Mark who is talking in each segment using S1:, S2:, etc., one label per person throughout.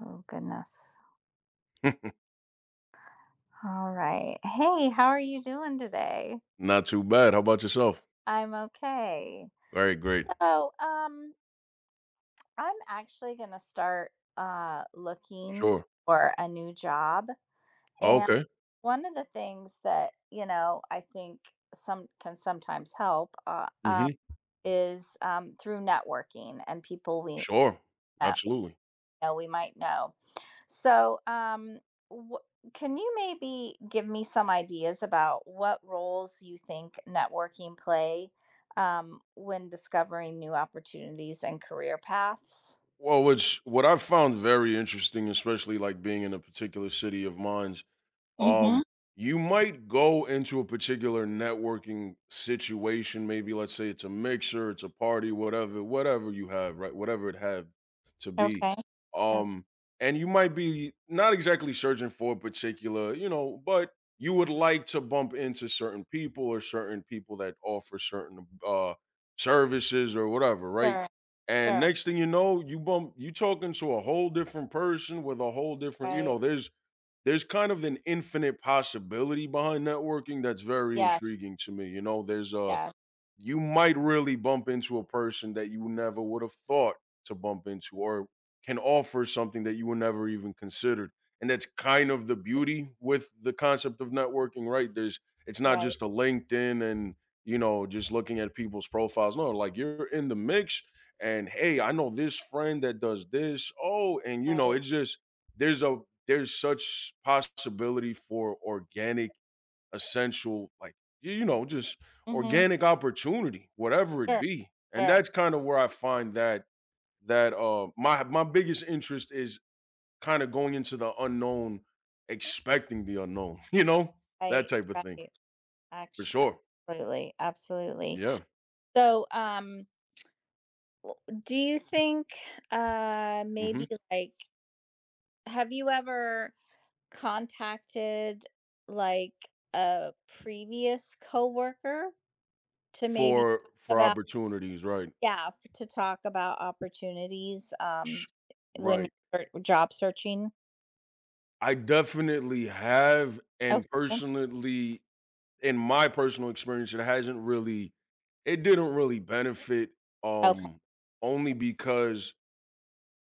S1: Oh, goodness. All right. Hey, how are you doing today?
S2: Not too bad. How about yourself?
S1: I'm okay.
S2: Great, great.
S1: So, um, I'm actually going to start looking
S2: Sure.
S1: for a new job. And
S2: Okay.
S1: one of the things that, you know, I think sometimes help
S2: Mhm.
S1: is through networking and people we
S2: Sure.
S1: know.
S2: Absolutely.
S1: We might know. So, um, wh- can you maybe give me some ideas about what roles you think networking play when discovering new opportunities and career paths?
S2: Well, which what I've found very interesting, especially like being in a particular city of mine's.
S1: Mm-hmm.
S2: Um, you might go into a particular networking situation. Maybe let's say it's a mixer, it's a party, whatever, whatever you have, right? Whatever it have to be.
S1: Okay. Oh,
S2: Um, and you might be not exactly searching for a particular, you know, but you would like to bump into certain people or certain people that offer certain services or whatever, right?
S1: sure.
S2: And
S1: Sure.
S2: next thing you know, you talking to a whole different person with a whole different, you
S1: Right.
S2: know, there's kind of an infinite possibility behind networking that's very
S1: Yes.
S2: intriguing to me. You know, there's a
S1: Yeah.
S2: you might really bump into a person that you never would have thought to bump into or can offer something that you were never even considered. And that's kind of the beauty with the concept of networking, right? There's It's not
S1: Right.
S2: just a LinkedIn and, you know, just looking at people's profiles. No, like you're in the mix and hey, I know this friend that does this. Oh, and you know,
S1: Right.
S2: it's just there's a there's such possibility for organic essential, like, y you know, just
S1: Mm-hmm.
S2: organic opportunity, whatever it
S1: Sure.
S2: be. And
S1: Sure.
S2: that's kind of where I find that my biggest interest is kind of going into the unknown, expecting the unknown, you know, that
S1: Right.
S2: type of thing.
S1: Right.
S2: For
S1: Actually,
S2: sure.
S1: absolutely. Absolutely.
S2: Yeah.
S1: So, um, do you think
S2: hmm
S1: maybe like have you ever contacted, like, a previous coworker to maybe talk
S2: For
S1: about
S2: opportunities, right.
S1: Yeah, f to talk about opportunities,
S2: Sh-
S1: when
S2: Right.
S1: you're job searching?
S2: I definitely have, and
S1: Okay,
S2: personally in my personal experience, it hasn't really, it didn't really benefit,
S1: okay,
S2: um only because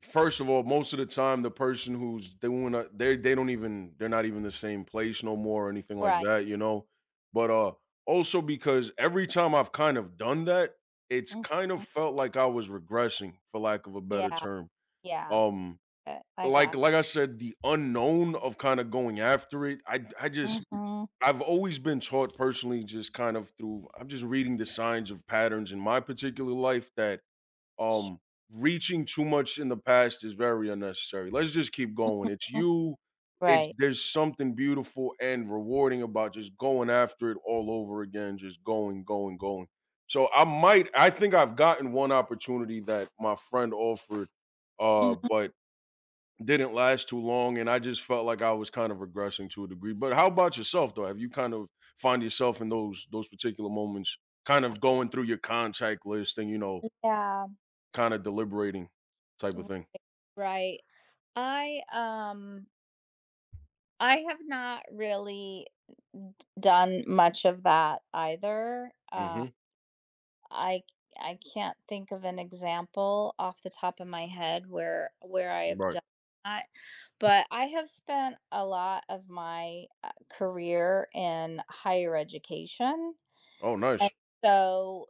S2: first of all, most of the time the person who's doing a, they don't even, they're not even the same place no more or anything like
S1: right.
S2: that, you know. But also because every time I've kind of done that, it's
S1: Mhm.
S2: kind of felt like I was regressing, for lack of a better
S1: Yeah,
S2: term.
S1: yeah,
S2: Um
S1: I
S2: like
S1: got
S2: like I said, the unknown of kind of going after it. I just,
S1: it. Mhm,
S2: I've always been taught personally just kind of through, I'm just reading the signs of patterns in my particular life that, um, reaching too much in the past is very unnecessary. Let's just keep going. It's you. It's
S1: right.
S2: There's something beautiful and rewarding about just going after it all over again, just going, going, going. So I think I've gotten one opportunity that my friend offered,
S1: Mhm,
S2: but didn't last too long, and I just felt like I was kind of regressing to a degree. But how about yourself though? Have you kind of find yourself in those particular moments kind of going through your contact list and, you know,
S1: yeah,
S2: kind of deliberating type of
S1: r
S2: thing?
S1: right. I, um, I have not really done much of that either,
S2: Mhm.
S1: I I can't think of an example off the top of my head where I have
S2: Right.
S1: done that, but I have spent a lot of my, career in higher education,
S2: Oh,
S1: and
S2: nice.
S1: so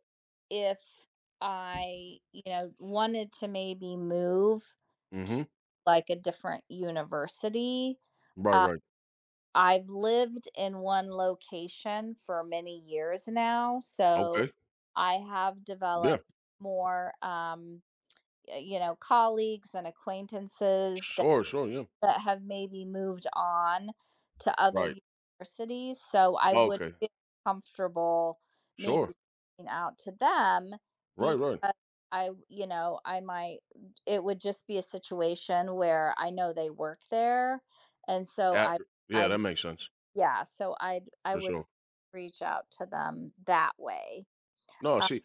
S1: if I, you know, wanted to maybe move to,
S2: Mhm.
S1: like, a different university,
S2: Right,
S1: uh,
S2: right.
S1: I've lived in one location for many years now, so
S2: Okay.
S1: I have
S2: Yeah.
S1: developed more, you know, colleagues and acquaintances
S2: Sure, sure, yeah.
S1: that have maybe moved on to other
S2: Right.
S1: universities. So I would
S2: Okay.
S1: feel comfortable maybe
S2: Sure.
S1: reaching out to them
S2: Right, right.
S1: because you know, it would just be a situation where I know they work there. And
S2: At, yeah, that
S1: I,
S2: makes sense.
S1: yeah, so I
S2: For
S1: would
S2: sure.
S1: reach out to them that way.
S2: No,
S1: Uh,
S2: see.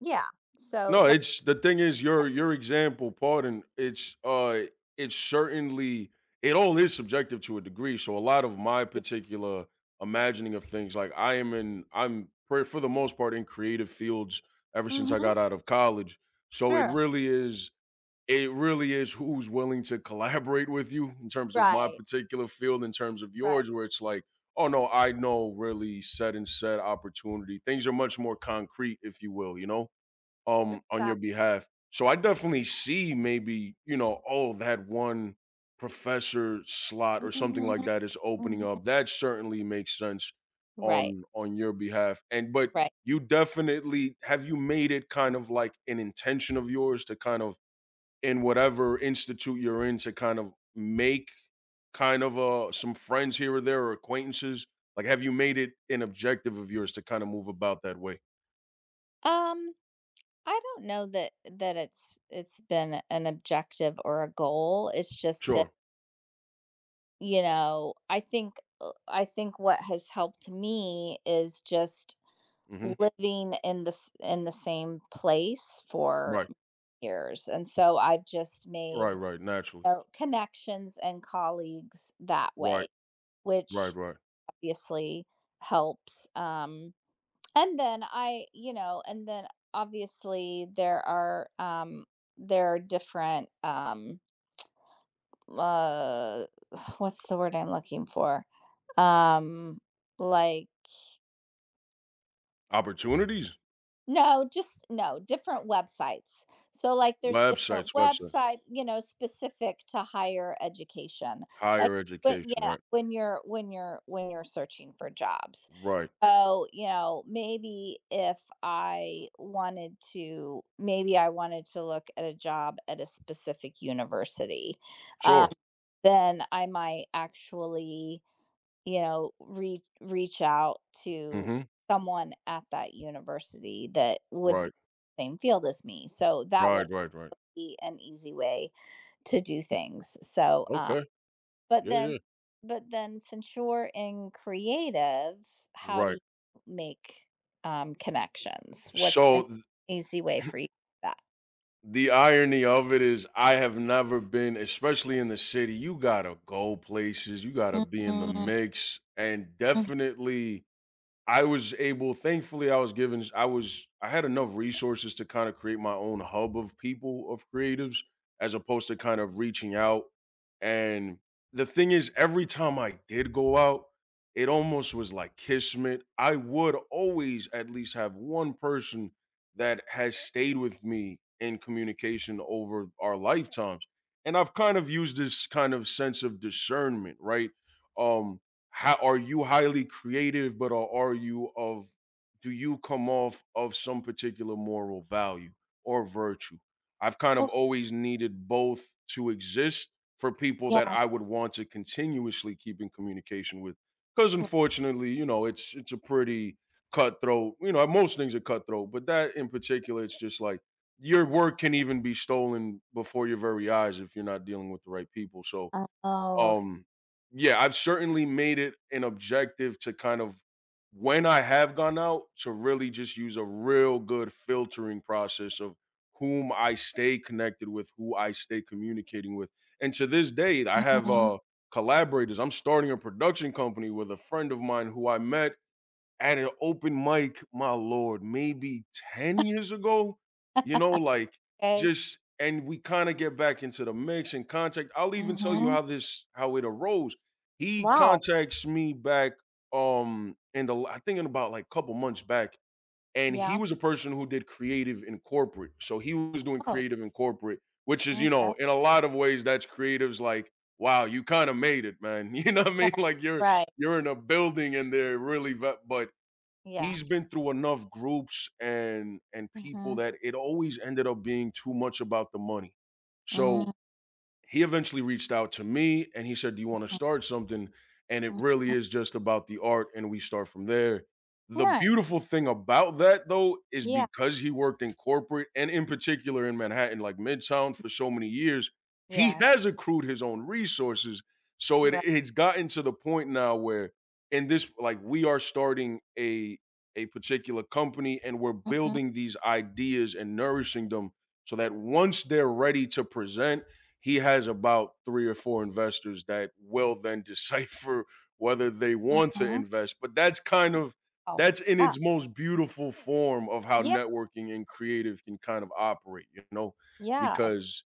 S1: yeah. So
S2: No,
S1: that.
S2: it's the thing is your example, pardon, it's certainly, it all is subjective to a degree. So a lot of my
S1: Yeah.
S2: particular imagining of things, like I am in I'm for the most part in creative fields ever since I
S1: Mhm.
S2: got out of college. So it
S1: Sure.
S2: really is, it really is who's willing to collaborate with you, in terms of my
S1: Right,
S2: particular field, in terms of
S1: right.
S2: yours, where it's like, oh no, I know really set and set opportunity. Things are much more concrete, if you will, you know? On your
S1: Exact
S2: behalf. So I definitely see maybe, you know, oh, that one professor slot or something
S1: Mhm,
S2: like that is opening
S1: mhm.
S2: up. That certainly makes sense
S1: Right,
S2: on your behalf. And but
S1: right.
S2: you definitely have you made it kind of like an intention of yours to kind of, in whatever institute you're in, to kind of make kind of some friends here or there or acquaintances? Like have you made it an objective of yours to kind of move about that way?
S1: Um, I don't know that it's been an objective or a goal. It's just that,
S2: Sure.
S1: you know, I think what has helped me is just
S2: hmm
S1: living in this in the same place for
S2: Right.
S1: years, and so I've just
S2: Right,
S1: made,
S2: right, naturally.
S1: you know, connections and colleagues that
S2: Right,
S1: way,
S2: right,
S1: which
S2: right.
S1: obviously helps. And then I, you know, and then obviously there are different uh, what's the word I'm looking for? Um, like
S2: Opportunities?
S1: No, just no, different websites. So, like, there's different
S2: Websites, websites.
S1: website, you know, specific to higher education. Like,
S2: Higher
S1: when
S2: education,
S1: yeah,
S2: right.
S1: when you're when you're searching for jobs.
S2: Right.
S1: So, you know, maybe if I wanted to, maybe I wanted to look at a job at a specific university, um,
S2: Sure.
S1: then I might actually you know, reach out to
S2: Mhm.
S1: someone at that university that would be
S2: Right.
S1: the same field as me. So that would
S2: Right, right, right.
S1: be an easy way to do things.
S2: Okay.
S1: But
S2: Yeah,
S1: then,
S2: yeah.
S1: but then since you're in creative, how do
S2: Right.
S1: you make connections? What's an
S2: So, th
S1: easy way for you to do
S2: the irony of it is I have never been, especially in the city, you gotta go places, you gotta
S1: Mm,
S2: be in the
S1: mm,
S2: mix, and
S1: mm.
S2: definitely I was able, thankfully, I was, I had enough resources to kinda create my own hub of people, of creatives, as opposed to kind of reaching out. And the thing is, every time I did go out, it almost was like kismet. I would always at least have one person that has stayed with me in communication over our lifetimes, and I've kind of used this kind of sense of discernment, right? Um how are you highly creative, but are you of, do you come off of some particular moral value or virtue? I've kind of
S1: Oh,
S2: always needed both to exist for people that
S1: yeah.
S2: I would want to continuously keep in communication with, because unfortunately, you know, it's a pretty cutthroat, you know, most things are cutthroat, but that in particular, it's just like your work can even be stolen before your very eyes if you're not dealing with the right people. So
S1: Oh,
S2: um, yeah, I've certainly made it an objective to kind of, when I have gone out, to really just use a real good filtering process of whom I stay connected with, who I stay communicating with. And to this day, I have
S1: Mhm.
S2: collaborators. I'm starting a production company with a friend of mine who I met at an open mic, my lord, maybe 10 years ago, you know, like,
S1: okay.
S2: just, and we kind of get back into the mix and contact. I'll even tell you
S1: Mhm.
S2: how this how it arose. He
S1: Wow.
S2: contacts me back in the I think in about like a couple months back. And he
S1: Yeah.
S2: was a person who did creative in corporate. So he was doing
S1: Oh,
S2: creative in corporate, which is, you know,
S1: okay.
S2: in a lot of ways, that's creatives like, wow, you kind of made it, man. You know what I mean?
S1: Right,
S2: Like
S1: right,
S2: you're in a building and they're really, but
S1: yeah.
S2: he's been through enough groups and people
S1: Mhm,
S2: that it always ended up being too much about the money. So
S1: mhm,
S2: he eventually reached out to me and he said, "Do you want to start something?" And it
S1: mm.
S2: really is just about the art, and we start from there. The
S1: Nice.
S2: beautiful thing about that, though, is
S1: Yeah,
S2: because he worked in corporate and in particular in Manhattan, like Midtown, for so many years, he
S1: yes,
S2: has accrued his own resources. So
S1: right.
S2: it's gotten to the point now where, in this, like, we are starting a particular company, and we're
S1: Mhm,
S2: building these ideas and nourishing them so that once they're ready to present, he has about three or four investors that will then decipher whether they want to
S1: mhm.
S2: invest. But that's kind of,
S1: Oh,
S2: that's in
S1: yeah,
S2: its most beautiful form of how
S1: yeah,
S2: networking and creative can kind of operate, you know,
S1: yeah,
S2: because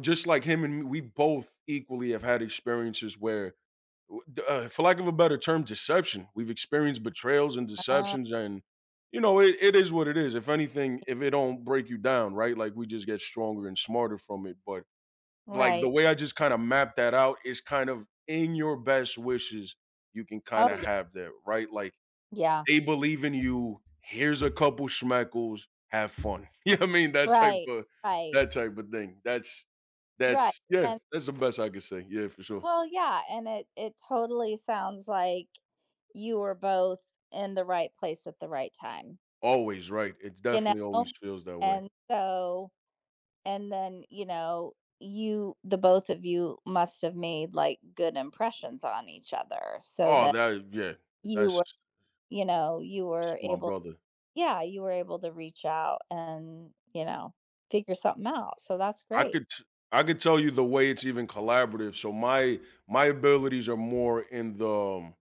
S2: just like him and me, we both equally have had experiences where, for lack of a better term, deception. We've experienced betrayals and
S1: uh,
S2: deceptions, and, you know, it is what it is. If anything, if it don't break you down, right? Like we just get stronger and smarter from it. But like the
S1: right.
S2: way I just kind of map that out is kind of in your best wishes you can kind
S1: Oh,
S2: of
S1: yeah,
S2: have that, right? Like
S1: yeah,
S2: they believe in you. Here's a couple schmeckles. Have fun. You know what I mean?
S1: right, right,
S2: That type of thing.
S1: right,
S2: That's yeah,
S1: and
S2: that's the best I could say. Yeah, for sure.
S1: well, yeah, and it totally sounds like you were both in the right place at the right time,
S2: Always right. It
S1: you
S2: definitely always
S1: know?
S2: feels that way.
S1: And so and then you know you the both of you must have made like good impressions on each other so
S2: Oh,
S1: that
S2: that yeah,
S1: you
S2: that's
S1: were you know you were
S2: my
S1: able
S2: brother.
S1: yeah you were able to reach out and you know figure something out so that's
S2: I
S1: great
S2: could t- I could tell you the way it's even collaborative. So my abilities are more in the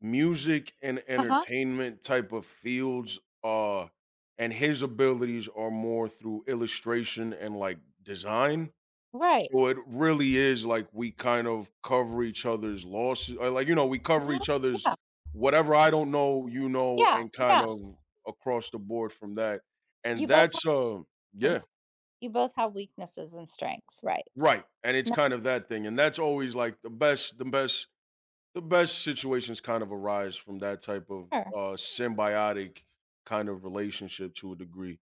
S2: music and
S1: uh-huh
S2: entertainment type of fields, and his abilities are more through illustration and like design.
S1: right
S2: So it really is like we kind of cover each other's losses, or like, you know, we cover
S1: Mhm.
S2: each other's
S1: Yeah,
S2: whatever, I don't know, you know,
S1: yeah,
S2: and kind
S1: yeah,
S2: of across the board from that. And
S1: you both have
S2: that's
S1: some
S2: yeah,
S1: s- you both have weaknesses and strengths right
S2: right. And it's
S1: no
S2: kind of that thing, and that's always like the best. The best situations kind of arise from that type of
S1: sure.
S2: symbiotic kind of relationship to a degree.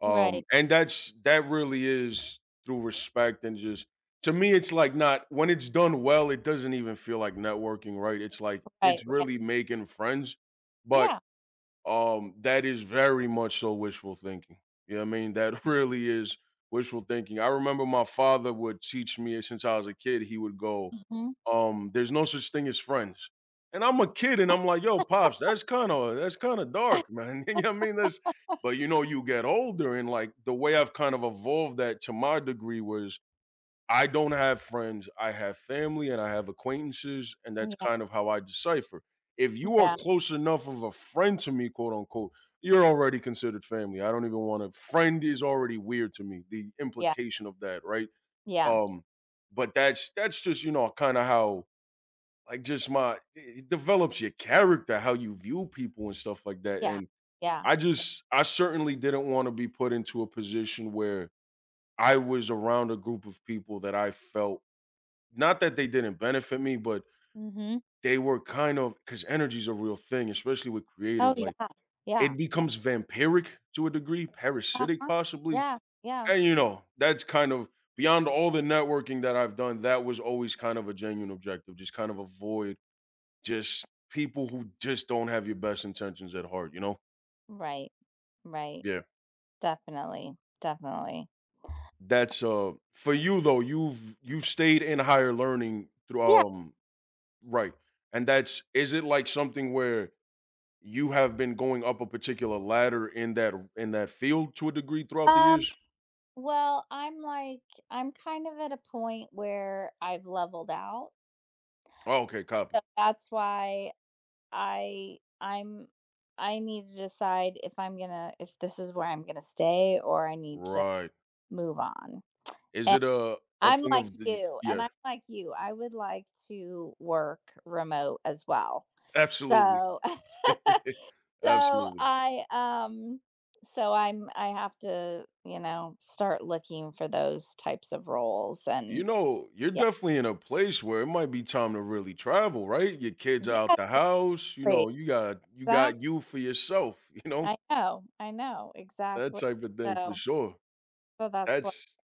S1: Right,
S2: And that really is through respect and just, to me, it's like not when it's done well, it doesn't even feel like networking, right? It's like
S1: right,
S2: it's
S1: right,
S2: really making friends, but
S1: yeah.
S2: that is very much so wishful thinking, you know what I mean, that really is wishful thinking. I remember my father would teach me since I was a kid, he would go,
S1: Hmm.
S2: there's no such thing as friends. And I'm a kid and I'm like, yo pops, that's kind of, that's kind of dark, man. You know what I mean? That's, but you know, you get older, and like the way I've kind of evolved that to my degree was, I don't have friends. I have family and I have acquaintances, and that's
S1: Yeah,
S2: kind of how I decipher. If you are
S1: yeah,
S2: close enough of a friend to me, quote unquote, you're already considered family. I don't even want to. Friend is already weird to me, the
S1: yeah,
S2: implication of that, right?
S1: yeah,
S2: Um, but that's just, you know, kind of how, like, just my it it develops your character, how you view people and stuff like that.
S1: yeah,
S2: And
S1: yeah.
S2: I just, I certainly didn't want to be put into a position where I was around a group of people that I felt, not that they didn't benefit me, but
S1: Hmm.
S2: they were kind of, 'cause energy's a real thing, especially with
S1: Oh,
S2: creative, like,
S1: yeah, yeah.
S2: it becomes vampiric to a degree, parasitic
S1: Uh-huh.
S2: possibly,
S1: Yeah, yeah.
S2: and, you know, that's kind of, beyond all the networking that I've done, that was always kind of a genuine objective, just kind of avoid just people who just don't have your best intentions at heart, you know?
S1: Right. Right.
S2: Yeah.
S1: Definitely. Definitely.
S2: That's, for you though, you've stayed in higher learning through,
S1: Yeah.
S2: right, and that's, is it like something where you have been going up a particular ladder in that field to a degree throughout the
S1: Um,
S2: years?
S1: well, I'm kind of at a point where I've leveled out.
S2: Oh, okay, copy.
S1: So that's why I I'm I need to decide if this is where I'm gonna stay or I need to
S2: Right.
S1: move on.
S2: Is
S1: And
S2: it a A
S1: I'm
S2: thing
S1: like
S2: of the,
S1: you,
S2: yeah,
S1: and I'm like you. I would like to work remote as well.
S2: absolutely.
S1: So So
S2: Absolutely.
S1: I um so I'm I have to, you know, start looking for those types of roles
S2: You
S1: and
S2: know, you're
S1: yeah.
S2: definitely in a place where it might be time to really travel, right? Your kids out
S1: Yes,
S2: the house, you know,
S1: please.
S2: you got
S1: Exactly.
S2: you for yourself, you know?
S1: I know. I know.
S2: That
S1: Exactly.
S2: type of thing for
S1: So
S2: sure.
S1: so that's what
S2: That's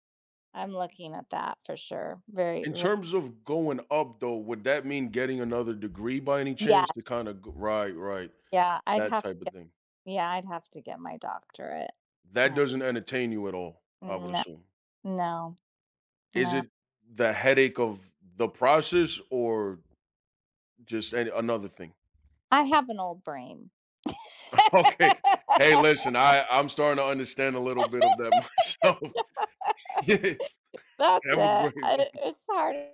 S1: I'm looking at that for sure. Very,
S2: In
S1: very
S2: terms of going up though, would that mean getting another degree by any
S1: yeah,
S2: chance to kind of, right, right.
S1: yeah. I'd
S2: That
S1: have to
S2: type of
S1: get
S2: thing.
S1: yeah, I'd have to get my doctorate.
S2: That
S1: Uh,
S2: doesn't entertain you at all, I would
S1: No,
S2: assume.
S1: no,
S2: Is
S1: no.
S2: it the headache of the process or just an another thing?
S1: I have an old brain.
S2: Okay. Hey, listen, I'm starting to understand a little bit of that myself. Yeah,
S1: That's
S2: have a
S1: it.
S2: great one.
S1: I, it's hard